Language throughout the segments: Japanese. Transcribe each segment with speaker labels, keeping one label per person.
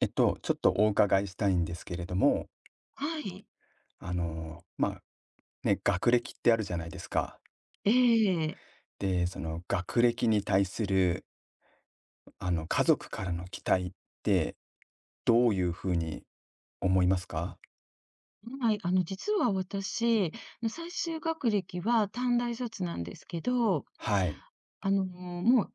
Speaker 1: ちょっとお伺いしたいんですけれども、
Speaker 2: はい。
Speaker 1: あの、まあ、ね、学歴ってあるじゃないですか。
Speaker 2: ええ。
Speaker 1: で、その学歴に対する、家族からの期待って、どういうふうに思いますか？
Speaker 2: はい。実は私、最終学歴は短大卒なんですけど、
Speaker 1: はい。
Speaker 2: もう、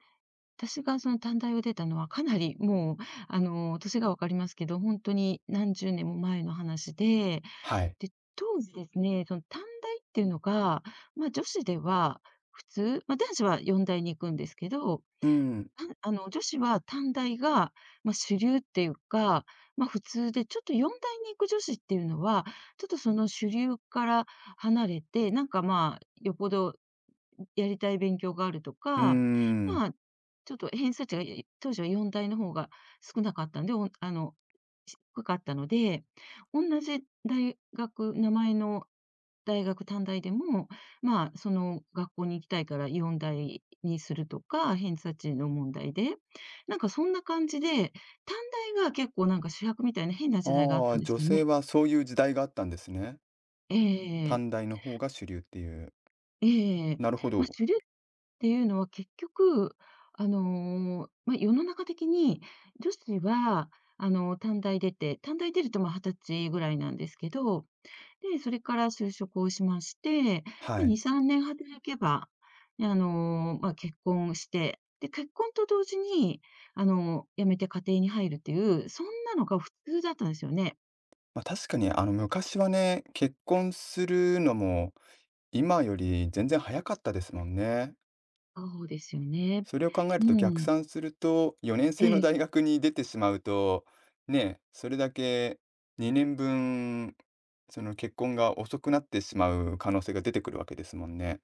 Speaker 2: 私がその短大を出たのはかなりもう、年がわかりますけど、本当に何十年も前の話で、
Speaker 1: はい。
Speaker 2: で、当時ですね、その短大っていうのが、ま、女子では普通、ま、男子は4大に行くんですけど、
Speaker 1: うん。
Speaker 2: たんあの、女子は短大が、まあ、主流っていうか、まあ、普通で、ちょっと4大に行く女子っていうのは、ちょっとその主流から離れて、なんかまあ、よっぽどやりたい勉強があると
Speaker 1: うー
Speaker 2: か、
Speaker 1: ん。
Speaker 2: まあ、ちょっと偏差値が、い当時は4大の方が少なかったんで、おあの、し低かったので、おんなじ大学名前の大学、短大でも、まあ、その学校に行きたいから4大にするとか、偏差値の問題で、なんかそんな感じで、短大が結構なんか主役みたいな変な時代があっ
Speaker 1: あ
Speaker 2: た
Speaker 1: あ、
Speaker 2: んです
Speaker 1: 女
Speaker 2: よ
Speaker 1: 性
Speaker 2: ね。
Speaker 1: はそういう時代があったんですね。
Speaker 2: ええ。
Speaker 1: 短大の方が主流っていう。
Speaker 2: ええ。
Speaker 1: なるほ
Speaker 2: まあ、
Speaker 1: ど。
Speaker 2: 主流っていうのは結局、まあ、世の中的に、女子は、短大出ると、ま、20歳ぐらいなんですけど、で、それから就職をしまして、
Speaker 1: は
Speaker 2: まあ、2、
Speaker 1: い。
Speaker 2: 3年働けば、まあ、結婚して、で、結婚と同時に、辞めて家庭に入るっていう、そんなのが普通だったんですよね。
Speaker 1: まあ、確かに昔はね、結婚するのも今より全然早かったですもんね。
Speaker 2: そうですよね。
Speaker 1: それを考えると逆
Speaker 2: うん。
Speaker 1: 算すると、4年生の
Speaker 2: え
Speaker 1: 大
Speaker 2: え、
Speaker 1: 学に出てしまうと、ね、それだけ2年分、その結婚が遅くなってしまう可能性が出てくるわけですもんね。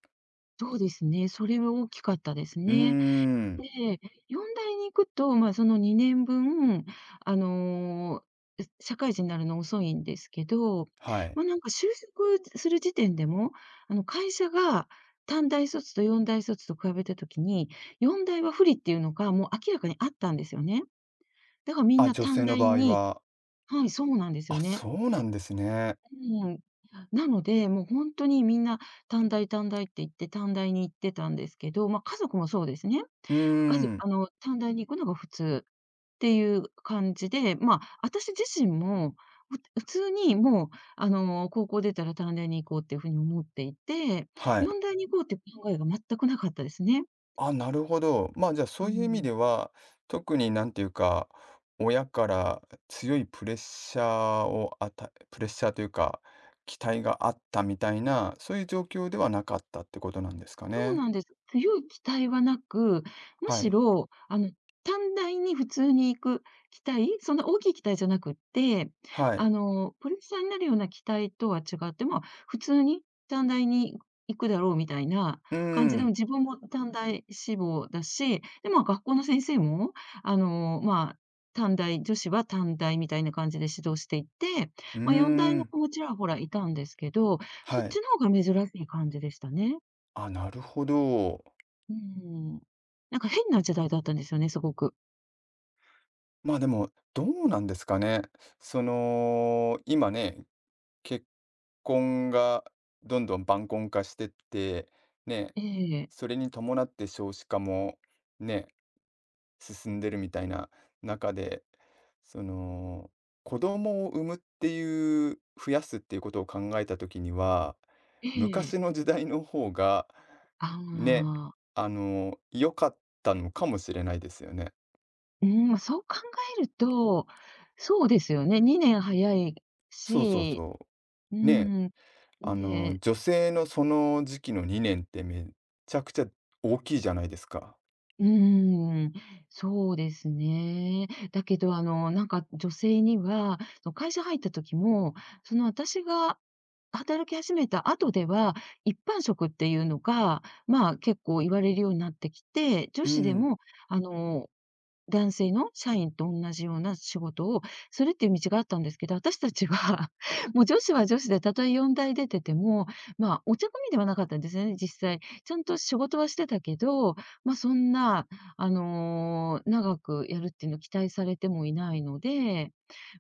Speaker 2: そうですね。それは大きかったです
Speaker 1: うー
Speaker 2: ね。
Speaker 1: ん、
Speaker 2: ええ、4大に行くと、まあ、その2年分、あの、社会人になるの遅いんですけど、
Speaker 1: はい。
Speaker 2: まあ、なんか就職する時点でも、会社が短大卒と4大卒と比べたときに、4大は不利っていうのがもう明らかにあったんですよね。だからみん
Speaker 1: あ、
Speaker 2: な
Speaker 1: 女
Speaker 2: 短
Speaker 1: 性の
Speaker 2: 大
Speaker 1: 場合
Speaker 2: に。
Speaker 1: は、
Speaker 2: はい、そうなんですよ
Speaker 1: あ、
Speaker 2: ね。
Speaker 1: そうなんですね。
Speaker 2: うん。なので、もう本当にみんな短大短大って言って短大に行ってたんですけど、まあ、家族もそうですね。
Speaker 1: うー
Speaker 2: 家族
Speaker 1: ん、
Speaker 2: 短大に行くのが普通。ていう感じで、まあ、私自身も、普通にもう、高校出たら短大に行こうっていうふうに思っていて、
Speaker 1: はい。
Speaker 2: 四大に行こうっていう考えが全くなかったですね。
Speaker 1: あ、なるほど。まあ、じゃあ、そ
Speaker 2: う
Speaker 1: ういう意味
Speaker 2: ん。
Speaker 1: では、特になんていうか、親から強いプレッシャーを与え、プレッシャーというか、期待があったみたいな、そういう状況ではなかったってことなんですか
Speaker 2: そう
Speaker 1: ね。
Speaker 2: なんです。強い期待はなく、む
Speaker 1: は
Speaker 2: し
Speaker 1: い。
Speaker 2: ろ、短大に普通に行く期待、そんな大きい期待じゃなくって、
Speaker 1: はい。
Speaker 2: プレッシャーになるような期待とは違って、まあ、普通に短大に行くだろうみたいな
Speaker 1: うー
Speaker 2: 感じで、
Speaker 1: ん。
Speaker 2: 自分も短大志望だし、で、まあ、学校の先生も、まあ、短大、女子は短大みたいな感じで指導していて、
Speaker 1: うー
Speaker 2: まあ、4大の
Speaker 1: ん。
Speaker 2: 子もちらほらいたんですけど、そっ
Speaker 1: はい。
Speaker 2: ちの方が珍しい感じでしたね。
Speaker 1: あ、なるほど。
Speaker 2: うん。なんか変な時代だったんですよね、すごく。
Speaker 1: まあ、でも、どうなんですかね。その、今ね、結婚がどんどん晩婚化してって、ね、
Speaker 2: ええ、
Speaker 1: それに伴って少子化もね、進んでるみたいな中で、その、子供を産むっていう、増やすっていうことを考えたときには、
Speaker 2: ええ。
Speaker 1: 昔の時代の方が、
Speaker 2: あ
Speaker 1: ね、
Speaker 2: あ、
Speaker 1: 良かったのかもしれないですよね。
Speaker 2: うん、まあ、そう考えると、そうですよね、2年早い
Speaker 1: そうそう
Speaker 2: し、
Speaker 1: そ
Speaker 2: う
Speaker 1: う。ね、
Speaker 2: ん、ね、
Speaker 1: 女性のその時期の2年ってめちゃくちゃ大きいじゃないですか。
Speaker 2: うん、そうですね。だけど、なんか女性には、その会社入った時も、その私が働き始めた後では、一般職っていうのが、まあ、結構言われるようになってきて、女
Speaker 1: う
Speaker 2: 子で
Speaker 1: ん。
Speaker 2: も、あの男性の社員と同じような仕事をするっていう道があったんですけど、私たちは もう女子は女子でたとえ4代出てても、まあ、お茶組ではなかったんですね、実際。ちゃんと仕事はしてたけど、ま、そんな、長くやるっていうのを期待されてもいないので、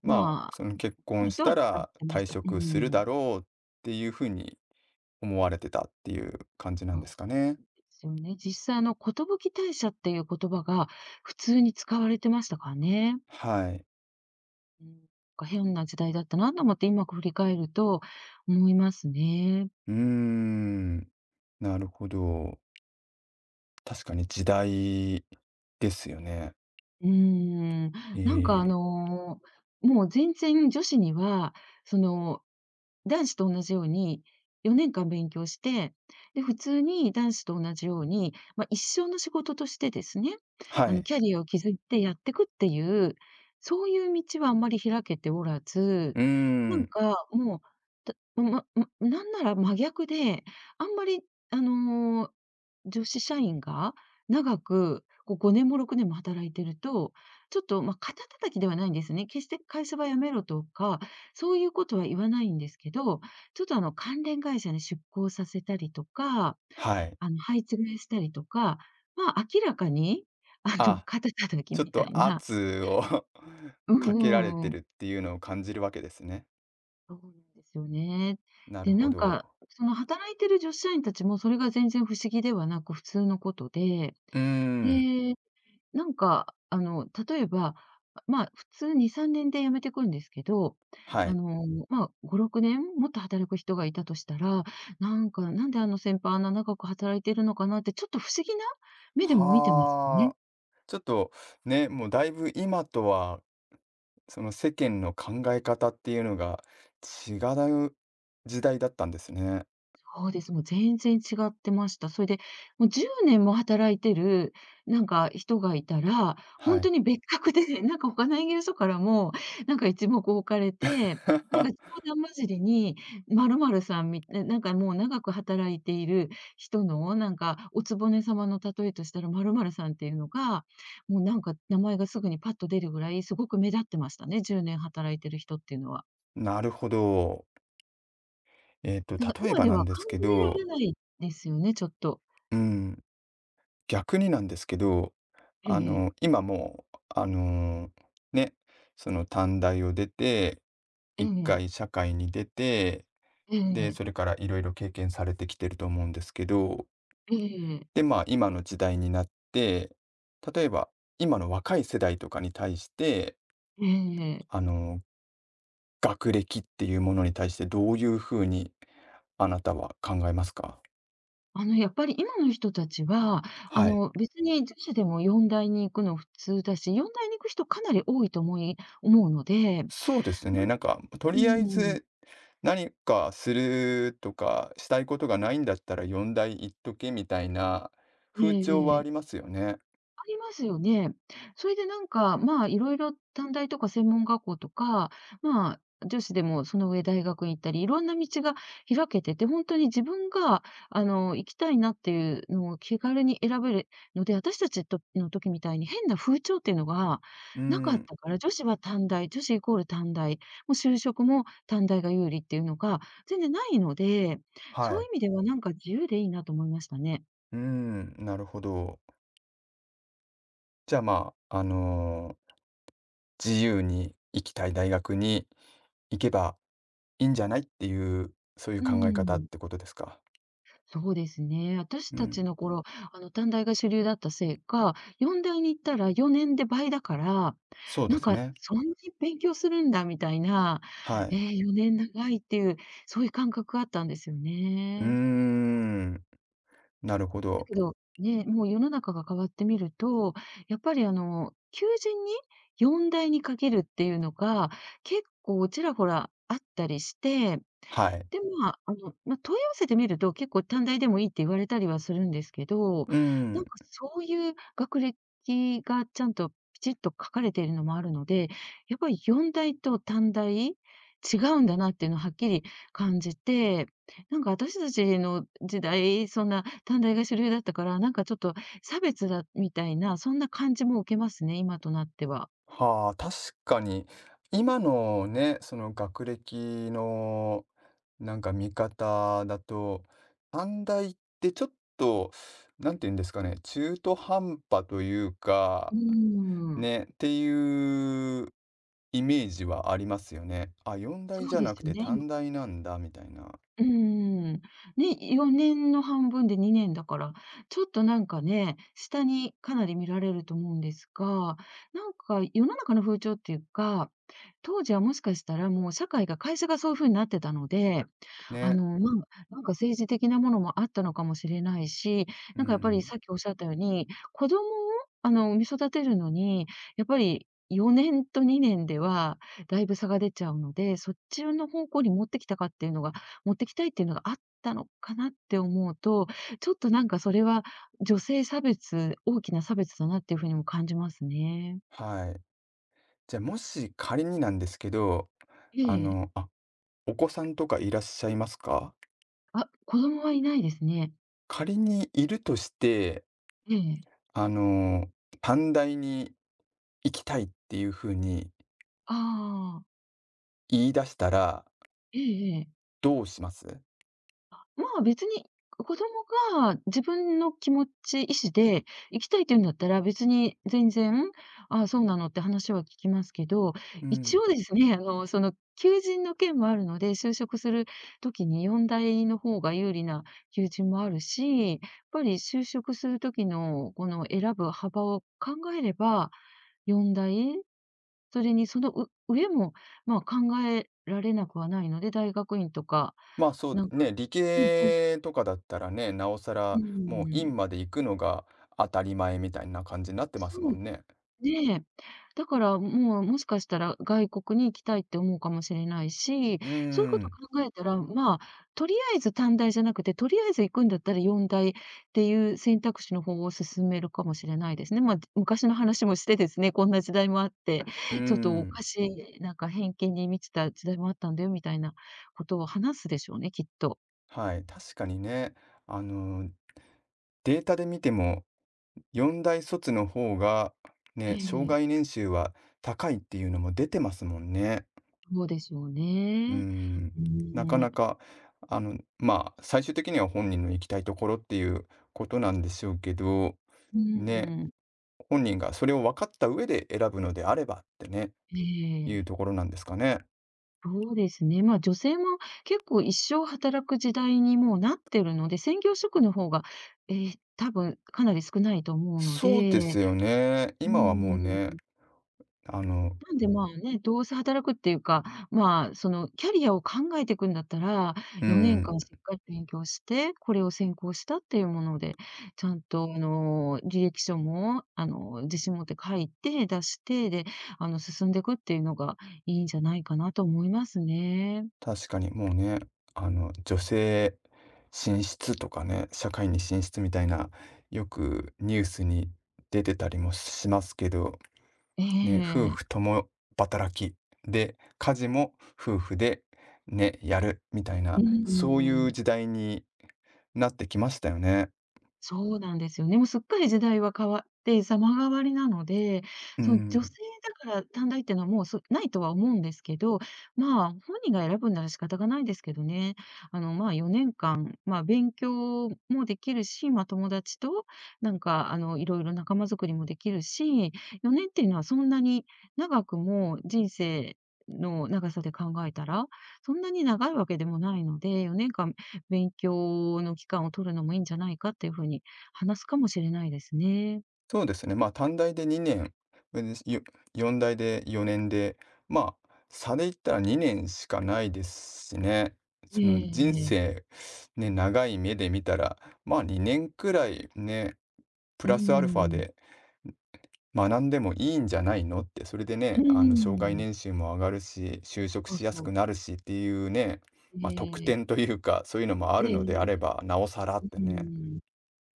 Speaker 1: まあ、
Speaker 2: まあ、
Speaker 1: その結
Speaker 2: そ
Speaker 1: 婚
Speaker 2: れ
Speaker 1: し
Speaker 2: とは違
Speaker 1: た
Speaker 2: っ
Speaker 1: ら
Speaker 2: てまし
Speaker 1: 退
Speaker 2: た。う
Speaker 1: 職する
Speaker 2: ん、
Speaker 1: だろうっていうふうに思われてたっていう感じな
Speaker 2: そ
Speaker 1: んですかね。
Speaker 2: うですよね。実際寿退社っていう言葉が普通に使われてましたからね。
Speaker 1: はい。
Speaker 2: うん、なんか変な時代だったなと思って、今振り返ると思いますね。
Speaker 1: うーん。なるほど。確かに時代ですよね。
Speaker 2: うーん。
Speaker 1: え
Speaker 2: なんかあ
Speaker 1: え。
Speaker 2: の、もう全然女子には、その男子と同じように4年間勉強して、で、普通に男子と同じように、まあ、一生の仕事としてですね、
Speaker 1: はい。
Speaker 2: キャリアを築いてやってくっていう、そういう道はあんまり開けておらず、
Speaker 1: うー
Speaker 2: なん
Speaker 1: ん。
Speaker 2: かもう、たまま、なんなら真逆で、あんまり、あの、女子社員が長く、こう5年も6年も働いてると、ちょっと、まあ、肩叩きではないんですね。決して会社は辞めろとかそういうことは言わないんですけど、ちょっとあの関連会社に出向させたりとか、
Speaker 1: はい。
Speaker 2: あの配置換えしたりとか、まあ明らかにあの
Speaker 1: あ、
Speaker 2: 肩叩き
Speaker 1: ちょっ
Speaker 2: みたい
Speaker 1: と
Speaker 2: な。
Speaker 1: 圧を
Speaker 2: うんう
Speaker 1: かけられ
Speaker 2: ん
Speaker 1: て
Speaker 2: うん。
Speaker 1: るっていうのを感じるわけですね。
Speaker 2: そうなんですよね。
Speaker 1: なる
Speaker 2: で、な
Speaker 1: ほ
Speaker 2: んか
Speaker 1: ど。
Speaker 2: その働いてる女子社員たちもそれが全然不思議ではなく普通のことで、
Speaker 1: うーん、
Speaker 2: でなんか、例えば、まあ、普通2、3年で辞めてくんですけど、
Speaker 1: はい。
Speaker 2: まあ、5、6年もっと働く人がいたとしたら、なんか、なんであの先輩あんな長く働いてるのかなって、ちょっと不思議な目でも見てましたね。
Speaker 1: はあ、ちょっとね、もうだいぶ今とは、その世間の考え方っていうのが違う時代だったんですね。
Speaker 2: そうです。もう全然違ってました。それで、もう10年も働いてる、なんか人がいたら、
Speaker 1: は
Speaker 2: 本当
Speaker 1: い。
Speaker 2: に別格で、なんか他の営業所からも、なんか一目置かれて、なんか冗 談交じりに、〇〇さんみたいななんかもう長く働いている人の、なんかお局様の例えとしたら、〇〇さんっていうのが、もうなんか名前がすぐにパッと出るぐらい、すごく目立ってましたね、10年働いてる人っていうのは。
Speaker 1: なるほど。えっと、
Speaker 2: なんか
Speaker 1: 例え
Speaker 2: 今
Speaker 1: ば
Speaker 2: で
Speaker 1: な
Speaker 2: は
Speaker 1: ん
Speaker 2: 考
Speaker 1: ですけ
Speaker 2: えら
Speaker 1: ど、
Speaker 2: れないですよね、ちょっと。
Speaker 1: うん、逆になんですけど、
Speaker 2: ええ。
Speaker 1: 今もう、ね、その短大を出て、
Speaker 2: え
Speaker 1: 一
Speaker 2: え、
Speaker 1: 回社会に出て、
Speaker 2: え
Speaker 1: で、
Speaker 2: え、
Speaker 1: それからいろいろ経験されてきてると思うんですけど、
Speaker 2: ええ、
Speaker 1: で、まあ、今の時代になって、例えば今の若い世代とかに対して、
Speaker 2: ええ。
Speaker 1: あの、学歴っていうものに対してどういうふうにあなたは考えますか？
Speaker 2: やっぱり今の人たちは、
Speaker 1: はい。
Speaker 2: 別に女子でも四大に行くの普通だし、四大に行く人かなり多いと思うので、
Speaker 1: そうです
Speaker 2: な
Speaker 1: ね、
Speaker 2: ん
Speaker 1: なんかと
Speaker 2: う
Speaker 1: りあえ
Speaker 2: ん。
Speaker 1: ず何かするとか、したいことがないんだったら4大言っとけみたいな風潮はあ
Speaker 2: ええ
Speaker 1: り
Speaker 2: え
Speaker 1: ますよね。
Speaker 2: ありますよね。それでなんか、まあ、いろいろ短大とか専門学校とか、まあ、女子でもその上大学に行ったり、いろんな道が開けてて、本当に自分が、行きたいなっていうのを気軽に選べるので、私たちとの時みたいに変な風潮っていうのが
Speaker 1: う
Speaker 2: なかっ
Speaker 1: ん、
Speaker 2: たから、女子は短大、女子イコール短大、もう就職も短大が有利っていうのが全然ないので、
Speaker 1: は
Speaker 2: そういう
Speaker 1: い。
Speaker 2: 意味ではなんか自由でいいなと思いましたね。
Speaker 1: うん、なるほど。じゃあ、まあ、自由に行きたい大学に行けばいいんじゃないっていう、そういう
Speaker 2: う
Speaker 1: 考え方っ
Speaker 2: ん。
Speaker 1: てことですか？
Speaker 2: そうですね。私
Speaker 1: う
Speaker 2: たち
Speaker 1: ん、
Speaker 2: の頃、短大が主流だったせいか、4大に行ったら4年で倍だから、
Speaker 1: そうで
Speaker 2: なん
Speaker 1: す
Speaker 2: か、
Speaker 1: ね。
Speaker 2: そんなに勉強するんだみたいな、
Speaker 1: は
Speaker 2: え
Speaker 1: い。
Speaker 2: え、4年長いっていう、そういう感覚があったんですよ
Speaker 1: うー
Speaker 2: ね。
Speaker 1: ん、なるほ
Speaker 2: だ
Speaker 1: ど。
Speaker 2: けど、ね、もう世の中が変わってみると、やっぱりあの、求人に4大にかけるっていうのが、結構ちらほらあったりして
Speaker 1: はい。
Speaker 2: で、まあ、ま、問い合わせてみると、結構短大でもいいって言われたりはするんですけど、
Speaker 1: う
Speaker 2: なん
Speaker 1: ん、
Speaker 2: かそういう学歴がちゃんとピチッと書かれているのもあるので、やっぱり4大と短大、違うんだなっていうのをはっきり感じて、なんか私たちの時代、そんな短大が主流だったから、なんかちょっと差別だみたいな、そんな感じも受けますね、今となっては。
Speaker 1: はあ、確かに今のね、その学歴のなんか見方だと、短大ってちょっと、なんて言うんですかね、中途半端というか
Speaker 2: うーん。
Speaker 1: ね、っていうイメージはありますよね。あ、4
Speaker 2: そ
Speaker 1: 大じ
Speaker 2: う
Speaker 1: ゃ
Speaker 2: で
Speaker 1: な
Speaker 2: す
Speaker 1: く
Speaker 2: よ
Speaker 1: て
Speaker 2: ね、今。
Speaker 1: 短大なんだみたいな。
Speaker 2: うーん。ね、4年の半分で2年だから、ちょっとなんかね、下にかなり見られると思うんですが、なんか世の中の風潮っていうか、当時はもしかしたらもう社会が会社がそういう風になってたので、
Speaker 1: ね。
Speaker 2: まあ、なんか政治的なものもあったのかもしれないし、
Speaker 1: う
Speaker 2: なんかやっぱり
Speaker 1: ん。
Speaker 2: さっきおっしゃったように、子供を産み育てるのに、やっぱり4年と2年ではだいぶ差が出ちゃうので、そっちの方向に持ってきたいっていうのがあったのかなって思うと、ちょっとなんかそれは女性差別大きな差別だなっていう風にも感じますね。
Speaker 1: はい。じゃあもし仮になんですけど、
Speaker 2: え
Speaker 1: あ
Speaker 2: え。
Speaker 1: の、あ、お子さんとかいらっしゃいますか？
Speaker 2: あ、子供はいないですね。
Speaker 1: 仮にいるとして、
Speaker 2: ええ。
Speaker 1: あの、短大に行きたいっていう風に
Speaker 2: ああ。
Speaker 1: 言い出したら
Speaker 2: えええ
Speaker 1: どうします？
Speaker 2: まあ、別に、子供が自分の気持ち、意思で行きたいって言うんだったら、別に全然、ああ、そうなのって話は聞きますけど、
Speaker 1: う
Speaker 2: 一
Speaker 1: ん。
Speaker 2: 応ですね、求人の件もあるので、就職する時に4大の方が有利な求人もあるし、やっぱり就職する時のこの選ぶ幅を考えれば、4大、それにそのう上も、まあ、考えられなくはないので、大学院とか、
Speaker 1: まあ、そう
Speaker 2: な
Speaker 1: で
Speaker 2: んか、
Speaker 1: ね、理
Speaker 2: ね、
Speaker 1: 系とかだったらね、なおさ
Speaker 2: う
Speaker 1: ら、もう
Speaker 2: ー
Speaker 1: 院
Speaker 2: ん、
Speaker 1: まで行くのが当たり前みたいな感じになってます
Speaker 2: そ
Speaker 1: も
Speaker 2: う、
Speaker 1: んね。
Speaker 2: ね。だからもう、もしかしたら外国に行きたいって思うかもしれないし、
Speaker 1: うー
Speaker 2: そういうこと
Speaker 1: ん、
Speaker 2: 考えたら、まあ、とりあえず短大じゃなくて、とりあえず行くんだったら4大っていう選択肢の方を勧めるかもしれないですね。まあ、昔の話もしてですね、こんな時代もあって、
Speaker 1: うー
Speaker 2: ちょっとおか
Speaker 1: ん、
Speaker 2: しい、なんか偏見に満ちた時代もあったんだよみたいなことを話すでしょうね、きっと。
Speaker 1: はい、確かにね、あの、データで見ても、4大卒の方が、
Speaker 2: え
Speaker 1: ね、生
Speaker 2: え、
Speaker 1: 涯年収は高いっていうのも出てますもんね。
Speaker 2: そうでしょう
Speaker 1: うー
Speaker 2: ね。
Speaker 1: ん、
Speaker 2: うー
Speaker 1: なか
Speaker 2: ん、
Speaker 1: な
Speaker 2: う
Speaker 1: か、最終的には本人の行きたいところっていうことなんでしょうけど、
Speaker 2: ー
Speaker 1: ね、
Speaker 2: ん、
Speaker 1: 本人がそれを分かった上で選ぶのであればってね、
Speaker 2: え
Speaker 1: いう
Speaker 2: え。
Speaker 1: ところなんですかね。
Speaker 2: そうですね。まあ、女性も結構一生働く時代にもうなってるので、専業主婦の方が、多分かなり少ないと思うの
Speaker 1: そう
Speaker 2: で、
Speaker 1: ですよね。
Speaker 2: う
Speaker 1: 今はもうね、
Speaker 2: ん。
Speaker 1: あの、
Speaker 2: なんで、まあ、ね、どうせ働くっていうか、まあ、そのキャリアを考えていくんだったら、
Speaker 1: う
Speaker 2: 4年
Speaker 1: ん、
Speaker 2: 間しっかり勉強して、これを専攻したっていうもので、ちゃんと履歴書も自信持って書いて出して、で、進んでいくっていうのがいいんじゃないかなと思いますね。
Speaker 1: 確かにもうね、女性進出とかね、社会に進出みたいな、よくニュースに出てたりもしますけど、
Speaker 2: え
Speaker 1: ね、夫
Speaker 2: え。
Speaker 1: 婦共働きで、家事も夫婦でね、やるみたい
Speaker 2: うー
Speaker 1: な、そうい
Speaker 2: ん、
Speaker 1: う時代になってきましたよね。
Speaker 2: そうなんですよね。もうすっかり時代は変わって様変わりなので、
Speaker 1: う
Speaker 2: その女性
Speaker 1: ん。
Speaker 2: だから短大っていうのはもう、そないとは思うんですけど、まあ、本人が選ぶんなら仕方がないですけどね。まあ、4年間、まあ、勉強もできるし、まあ、友達となんか、いろいろ仲間作りもできるし、4年っていうのはそんなに長くも人生の長さで考えたら、そんなに長いわけでもないので、4年間勉強の期間を取るのもいいんじゃないかっていうふうに話すかもしれないですね。
Speaker 1: そうですね。まあ、短大で2年、で、うんよ4大で4年で、まあ、差で言ったら2年しかないですしね。その人
Speaker 2: ええ
Speaker 1: 生、ね、長い目で見たら、まあ、2年くらいね、プ
Speaker 2: う
Speaker 1: ラスアルファ
Speaker 2: ん。
Speaker 1: で学んでもいいんじゃないのって、それで
Speaker 2: う
Speaker 1: ね、障害
Speaker 2: ん。
Speaker 1: 年収も上がるし、就職
Speaker 2: そう
Speaker 1: しやす
Speaker 2: そう。
Speaker 1: くなるしっていうね、まあ、特
Speaker 2: ええ。
Speaker 1: 典というか、そういうのもあ
Speaker 2: ええ
Speaker 1: るので
Speaker 2: え
Speaker 1: あ
Speaker 2: え
Speaker 1: れば、なおさらって
Speaker 2: う
Speaker 1: ね。
Speaker 2: ん。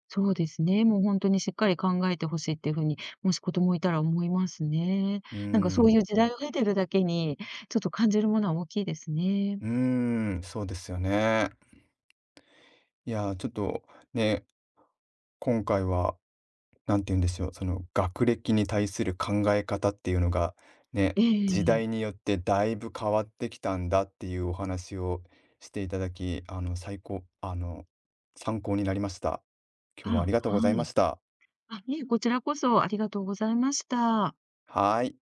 Speaker 2: そうですね。もう本当にしっかり考えてほしいっていうふうに、もし子供いたら思いますね。
Speaker 1: うー
Speaker 2: なんかそうい
Speaker 1: ん、
Speaker 2: う時代を経てるだけに、ちょっと感じるものは大きいですね。
Speaker 1: うーん、そうですよね。いやー、ちょっとね、今回は、なんて言うんでしょう、その学歴に対する考え方っていうのが、ね、
Speaker 2: え
Speaker 1: 時
Speaker 2: ええ。
Speaker 1: 代によってだいぶ変わってきたんだっていうお話をしていただき、あの、最高あの、参考になりました。今日はあ
Speaker 2: あ、
Speaker 1: りがとうござ
Speaker 2: は
Speaker 1: いま
Speaker 2: い。
Speaker 1: した。
Speaker 2: あ、いえ、こちらこそありがとうございました。
Speaker 1: はーい。